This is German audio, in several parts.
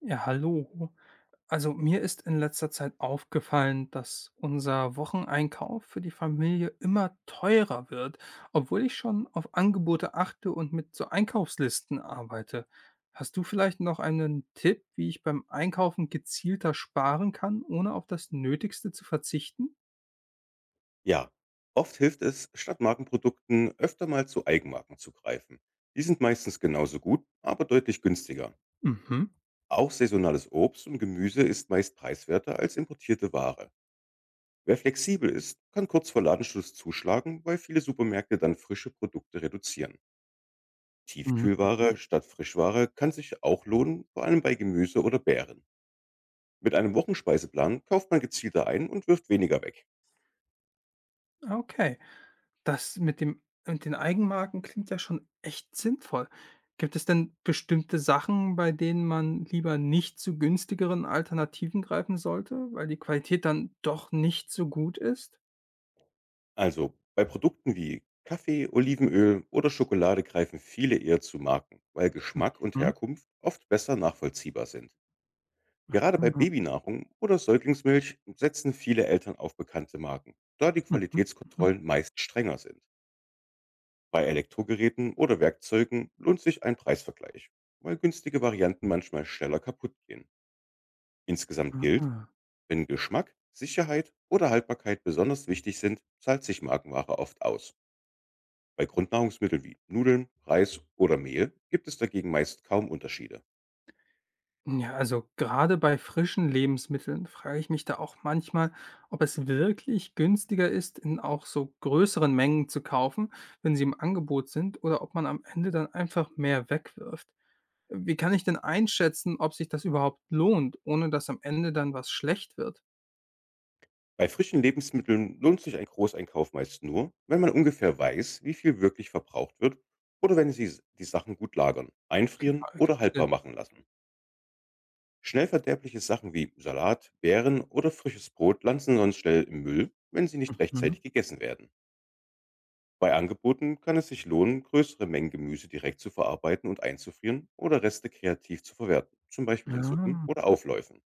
Ja, hallo. Also mir ist in letzter Zeit aufgefallen, dass unser Wocheneinkauf für die Familie immer teurer wird, obwohl ich schon auf Angebote achte und mit so Einkaufslisten arbeite. Hast du vielleicht noch einen Tipp, wie ich beim Einkaufen gezielter sparen kann, ohne auf das Nötigste zu verzichten? Ja, oft hilft es, statt Markenprodukten öfter mal zu Eigenmarken zu greifen. Die sind meistens genauso gut, aber deutlich günstiger. Mhm. Auch saisonales Obst und Gemüse ist meist preiswerter als importierte Ware. Wer flexibel ist, kann kurz vor Ladenschluss zuschlagen, weil viele Supermärkte dann frische Produkte reduzieren. Mhm. Tiefkühlware statt Frischware kann sich auch lohnen, vor allem bei Gemüse oder Beeren. Mit einem Wochenspeiseplan kauft man gezielter ein und wirft weniger weg. Okay. Das mit den Eigenmarken klingt ja schon echt sinnvoll. Gibt es denn bestimmte Sachen, bei denen man lieber nicht zu günstigeren Alternativen greifen sollte, weil die Qualität dann doch nicht so gut ist? Also, bei Produkten wie Kaffee, Olivenöl oder Schokolade greifen viele eher zu Marken, weil Geschmack und Mhm. Herkunft oft besser nachvollziehbar sind. Gerade bei Ah, Babynahrung oder Säuglingsmilch setzen viele Eltern auf bekannte Marken, da die mhm, mhm, Qualitätskontrollen meist strenger sind. Bei Elektrogeräten oder Werkzeugen lohnt sich ein Preisvergleich, weil günstige Varianten manchmal schneller kaputt gehen. Insgesamt gilt, ah. wenn Geschmack, Sicherheit oder Haltbarkeit besonders wichtig sind, zahlt sich Markenware oft aus. Bei Grundnahrungsmitteln wie Nudeln, Reis oder Mehl gibt es dagegen meist kaum Unterschiede. Ja, also gerade bei frischen Lebensmitteln frage ich mich da auch manchmal, ob es wirklich günstiger ist, in auch so größeren Mengen zu kaufen, wenn sie im Angebot sind, oder ob man am Ende dann einfach mehr wegwirft. Wie kann ich denn einschätzen, ob sich das überhaupt lohnt, ohne dass am Ende dann was schlecht wird? Bei frischen Lebensmitteln lohnt sich ein Großeinkauf meist nur, wenn man ungefähr weiß, wie viel wirklich verbraucht wird oder wenn sie die Sachen gut lagern, Ah, einfrieren ergibt oder Sinn. haltbar machen lassen. Schnell verderbliche Sachen wie Salat, Beeren oder frisches Brot landen sonst schnell im Müll, wenn sie nicht Mhm. rechtzeitig gegessen werden. Bei Angeboten kann es sich lohnen, größere Mengen Gemüse direkt zu verarbeiten und einzufrieren oder Reste kreativ zu verwerten, zum Beispiel Ja, in Suppen oder Aufläufen.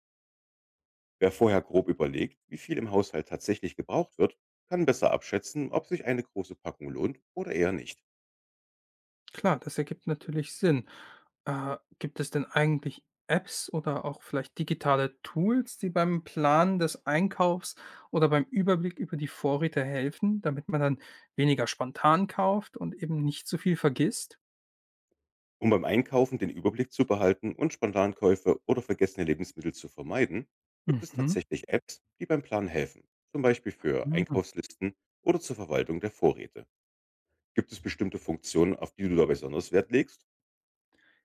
Wer vorher grob überlegt, wie viel im Haushalt tatsächlich gebraucht wird, kann besser abschätzen, ob sich eine große Packung lohnt oder eher nicht. klar, das ergibt natürlich Sinn. Gibt es denn eigentlich Apps oder auch vielleicht digitale Tools, die beim Planen des Einkaufs oder beim Überblick über die Vorräte helfen, damit man dann weniger spontan kauft und eben nicht zu viel vergisst? Um beim Einkaufen den Überblick zu behalten und Spontankäufe oder vergessene Lebensmittel zu vermeiden, gibt es tatsächlich Apps, die beim Plan helfen, zum Beispiel für Mhm. Einkaufslisten oder zur Verwaltung der Vorräte. Gibt es bestimmte Funktionen, auf die du da besonders Wert legst?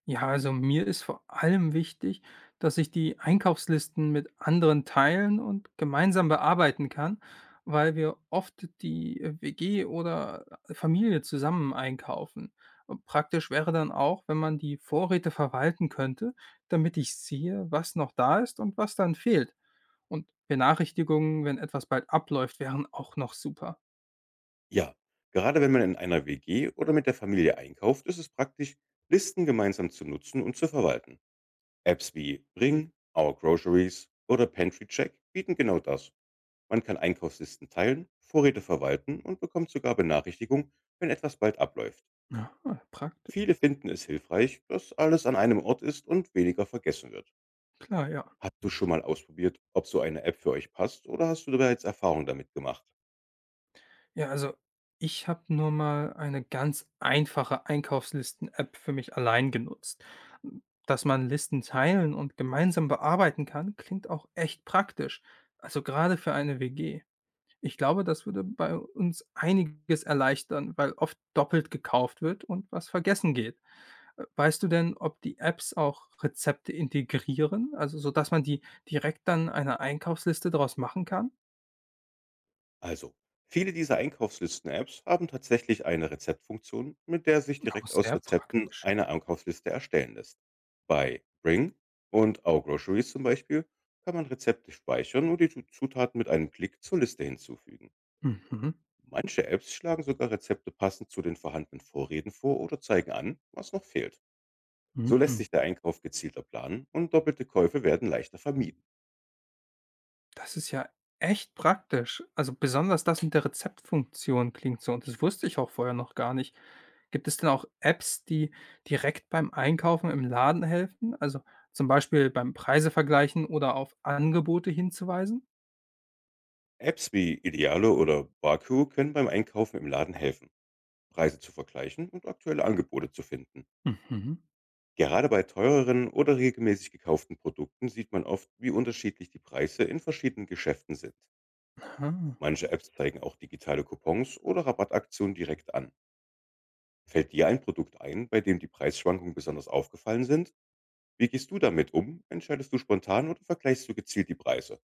Ja, also mir ist vor allem wichtig, dass ich die Einkaufslisten mit anderen teilen und gemeinsam bearbeiten kann, weil wir oft die WG oder Familie zusammen einkaufen. Und praktisch wäre dann auch, wenn man die Vorräte verwalten könnte, damit ich sehe, was noch da ist und was dann fehlt. Und Benachrichtigungen, wenn etwas bald abläuft, wären auch noch super. Ja, gerade wenn man in einer WG oder mit der Familie einkauft, ist es praktisch, Listen gemeinsam zu nutzen und zu verwalten. Apps wie Bring, Our Groceries oder Pantry Check bieten genau das. Man kann Einkaufslisten teilen, Vorräte verwalten und bekommt sogar Benachrichtigungen, wenn etwas bald abläuft. Ja, praktisch, Viele finden es hilfreich, dass alles an einem Ort ist und weniger vergessen wird. klar, ja. Hast du schon mal ausprobiert, ob so eine App für euch passt oder hast du bereits Erfahrung damit gemacht? Ja, also ich habe nur mal eine ganz einfache Einkaufslisten-App für mich allein genutzt. Dass man Listen teilen und gemeinsam bearbeiten kann, klingt auch echt praktisch. Also gerade für eine WG. Ich glaube, das würde bei uns einiges erleichtern, weil oft doppelt gekauft wird und was vergessen geht. Weißt du denn, ob die Apps auch Rezepte integrieren, also sodass man die direkt dann eine Einkaufsliste daraus machen kann? Also, viele dieser Einkaufslisten-Apps haben tatsächlich eine Rezeptfunktion, mit der sich Auch direkt aus sehr Rezepten praktisch. eine Einkaufsliste erstellen lässt. Bei Bring und Our Groceries zum Beispiel kann man Rezepte speichern und die Zutaten mit einem Klick zur Liste hinzufügen. Mhm. Manche Apps schlagen sogar Rezepte passend zu den vorhandenen Vorräten vor oder zeigen an, was noch fehlt. So lässt Mhm. sich der Einkauf gezielter planen und doppelte Käufe werden leichter vermieden. Das ist ja echt praktisch. Also besonders das mit der Rezeptfunktion klingt so und das wusste ich auch vorher noch gar nicht. Gibt es denn auch Apps, die direkt beim Einkaufen im Laden helfen? Also zum Beispiel beim Preise vergleichen oder auf Angebote hinzuweisen? Apps wie Idealo oder Baku können beim Einkaufen im Laden helfen, Preise zu vergleichen und aktuelle Angebote zu finden. Mhm. Gerade bei teureren oder regelmäßig gekauften Produkten sieht man oft, wie unterschiedlich die Preise in verschiedenen Geschäften sind. Aha. Manche Apps zeigen auch digitale Coupons oder Rabattaktionen direkt an. Fällt dir ein Produkt ein, bei dem die Preisschwankungen besonders aufgefallen sind? Wie gehst du damit um? Entscheidest du spontan oder vergleichst du gezielt die Preise?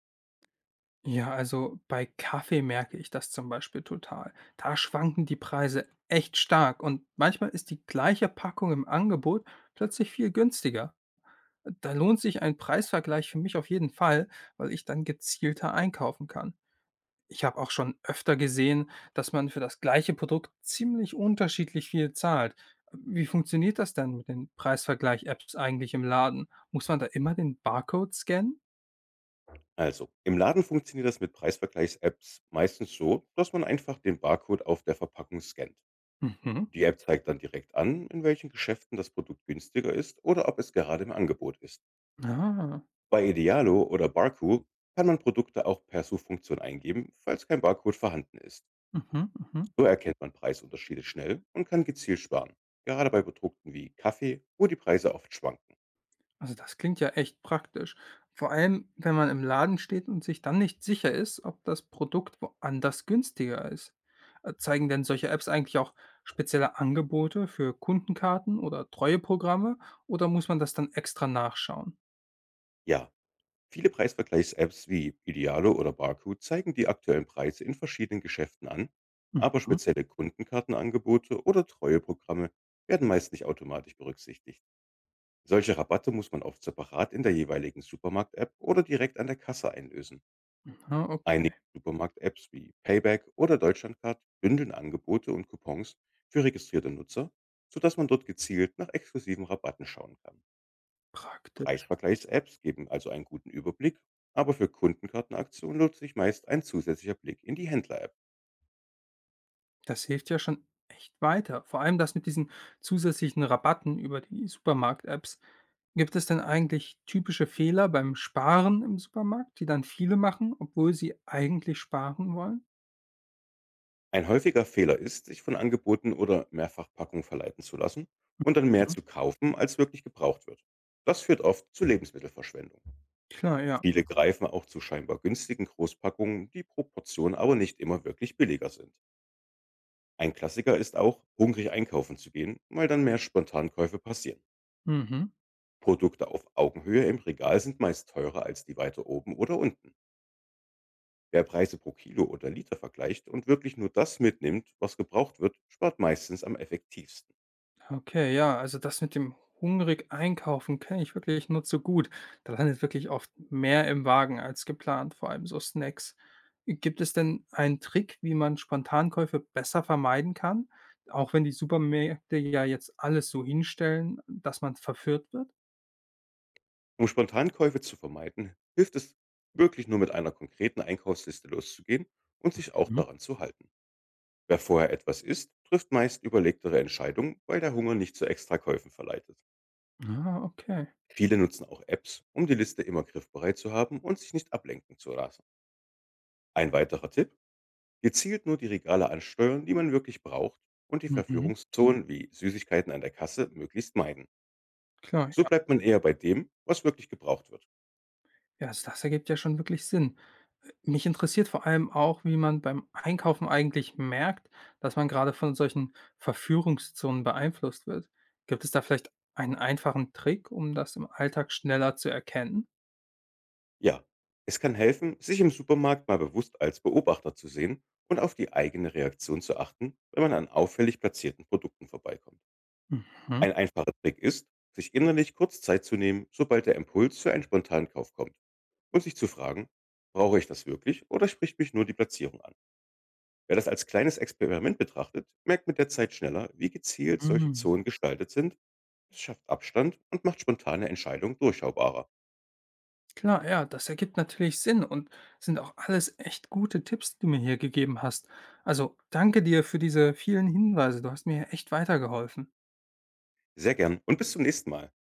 Ja, also bei Kaffee merke ich das zum Beispiel total. Da schwanken die Preise echt stark und manchmal ist die gleiche Packung im Angebot plötzlich viel günstiger. Da lohnt sich ein Preisvergleich für mich auf jeden Fall, weil ich dann gezielter einkaufen kann. Ich habe auch schon öfter gesehen, dass man für das gleiche Produkt ziemlich unterschiedlich viel zahlt. Wie funktioniert das denn mit den Preisvergleich-Apps eigentlich im Laden? Muss man da immer den Barcode scannen? Also, im Laden funktioniert das mit Preisvergleichs-Apps meistens so, dass man einfach den Barcode auf der Verpackung scannt. Mhm. Die App zeigt dann direkt an, in welchen Geschäften das Produkt günstiger ist oder ob es gerade im Angebot ist. Ah. Bei Idealo oder Barku kann man Produkte auch per Suchfunktion eingeben, falls kein Barcode vorhanden ist. Mhm, mhm. So erkennt man Preisunterschiede schnell und kann gezielt sparen. Gerade bei Produkten wie Kaffee, wo die Preise oft schwanken. Also das klingt ja echt praktisch. Vor allem, wenn man im Laden steht und sich dann nicht sicher ist, ob das Produkt woanders günstiger ist. Zeigen denn solche Apps eigentlich auch spezielle Angebote für Kundenkarten oder Treueprogramme oder muss man das dann extra nachschauen? Ja, viele Preisvergleichs-Apps wie Idealo oder Barku zeigen die aktuellen Preise in verschiedenen Geschäften an, aber Mhm. spezielle Kundenkartenangebote oder Treueprogramme werden meist nicht automatisch berücksichtigt. Solche Rabatte muss man oft separat in der jeweiligen Supermarkt-App oder direkt an der Kasse einlösen. Ja, ok- Einige Supermarkt-Apps wie Payback oder Deutschlandcard bündeln Angebote und Coupons für registrierte Nutzer, sodass man dort gezielt nach exklusiven Rabatten schauen kann. praktisch. Preisvergleichs-Apps geben also einen guten Überblick, aber für Kundenkartenaktionen lohnt sich meist ein zusätzlicher Blick in die Händler-App. Das hilft ja schon echt weiter. Vor allem das mit diesen zusätzlichen Rabatten über die Supermarkt-Apps. Gibt es denn eigentlich typische Fehler beim Sparen im Supermarkt, die dann viele machen, obwohl sie eigentlich sparen wollen? Ein häufiger Fehler ist, sich von Angeboten oder Mehrfachpackungen verleiten zu lassen und dann mehr Mhm. zu kaufen, als wirklich gebraucht wird. Das führt oft zu Lebensmittelverschwendung. Klar, ja. Viele greifen auch zu scheinbar günstigen Großpackungen, die pro Portion aber nicht immer wirklich billiger sind. Ein Klassiker ist auch, hungrig einkaufen zu gehen, weil dann mehr Spontankäufe passieren. Mhm. Produkte auf Augenhöhe im Regal sind meist teurer als die weiter oben oder unten. Wer Preise pro Kilo oder Liter vergleicht und wirklich nur das mitnimmt, was gebraucht wird, spart meistens am effektivsten. Okay, ja, also das mit dem hungrig einkaufen kenne ich wirklich nur zu gut. Da landet wirklich oft mehr im Wagen als geplant, vor allem so Snacks. Gibt es denn einen Trick, wie man Spontankäufe besser vermeiden kann, auch wenn die Supermärkte ja jetzt alles so hinstellen, dass man verführt wird? Um Spontankäufe zu vermeiden, hilft es, wirklich nur mit einer konkreten Einkaufsliste loszugehen und sich auch Mhm. daran zu halten. Wer vorher etwas isst, trifft meist überlegtere Entscheidungen, weil der Hunger nicht zu Extrakäufen verleitet. Ah, okay. Viele nutzen auch Apps, um die Liste immer griffbereit zu haben und sich nicht ablenken zu lassen. Ein weiterer Tipp: gezielt nur die Regale ansteuern, die man wirklich braucht und die Mhm. Verführungszonen wie Süßigkeiten an der Kasse möglichst meiden. Klar, So ja. bleibt man eher bei dem, was wirklich gebraucht wird. Ja, also das ergibt ja schon wirklich Sinn. Mich interessiert vor allem auch, wie man beim Einkaufen eigentlich merkt, dass man gerade von solchen Verführungszonen beeinflusst wird. Gibt es da vielleicht einen einfachen Trick, um das im Alltag schneller zu erkennen? Ja, es kann helfen, sich im Supermarkt mal bewusst als Beobachter zu sehen und auf die eigene Reaktion zu achten, wenn man an auffällig platzierten Produkten vorbeikommt. Mhm. Ein einfacher Trick ist, sich innerlich kurz Zeit zu nehmen, sobald der Impuls für einen Spontankauf kommt und sich zu fragen, brauche ich das wirklich oder spricht mich nur die Platzierung an? Wer das als kleines Experiment betrachtet, merkt mit der Zeit schneller, wie gezielt solche Mhm. Zonen gestaltet sind. Es schafft Abstand und macht spontane Entscheidungen durchschaubarer. Klar, ja, das ergibt natürlich Sinn und sind auch alles echt gute Tipps, die du mir hier gegeben hast. Also danke dir für diese vielen Hinweise. Du hast mir hier echt weitergeholfen. Sehr gern und bis zum nächsten Mal.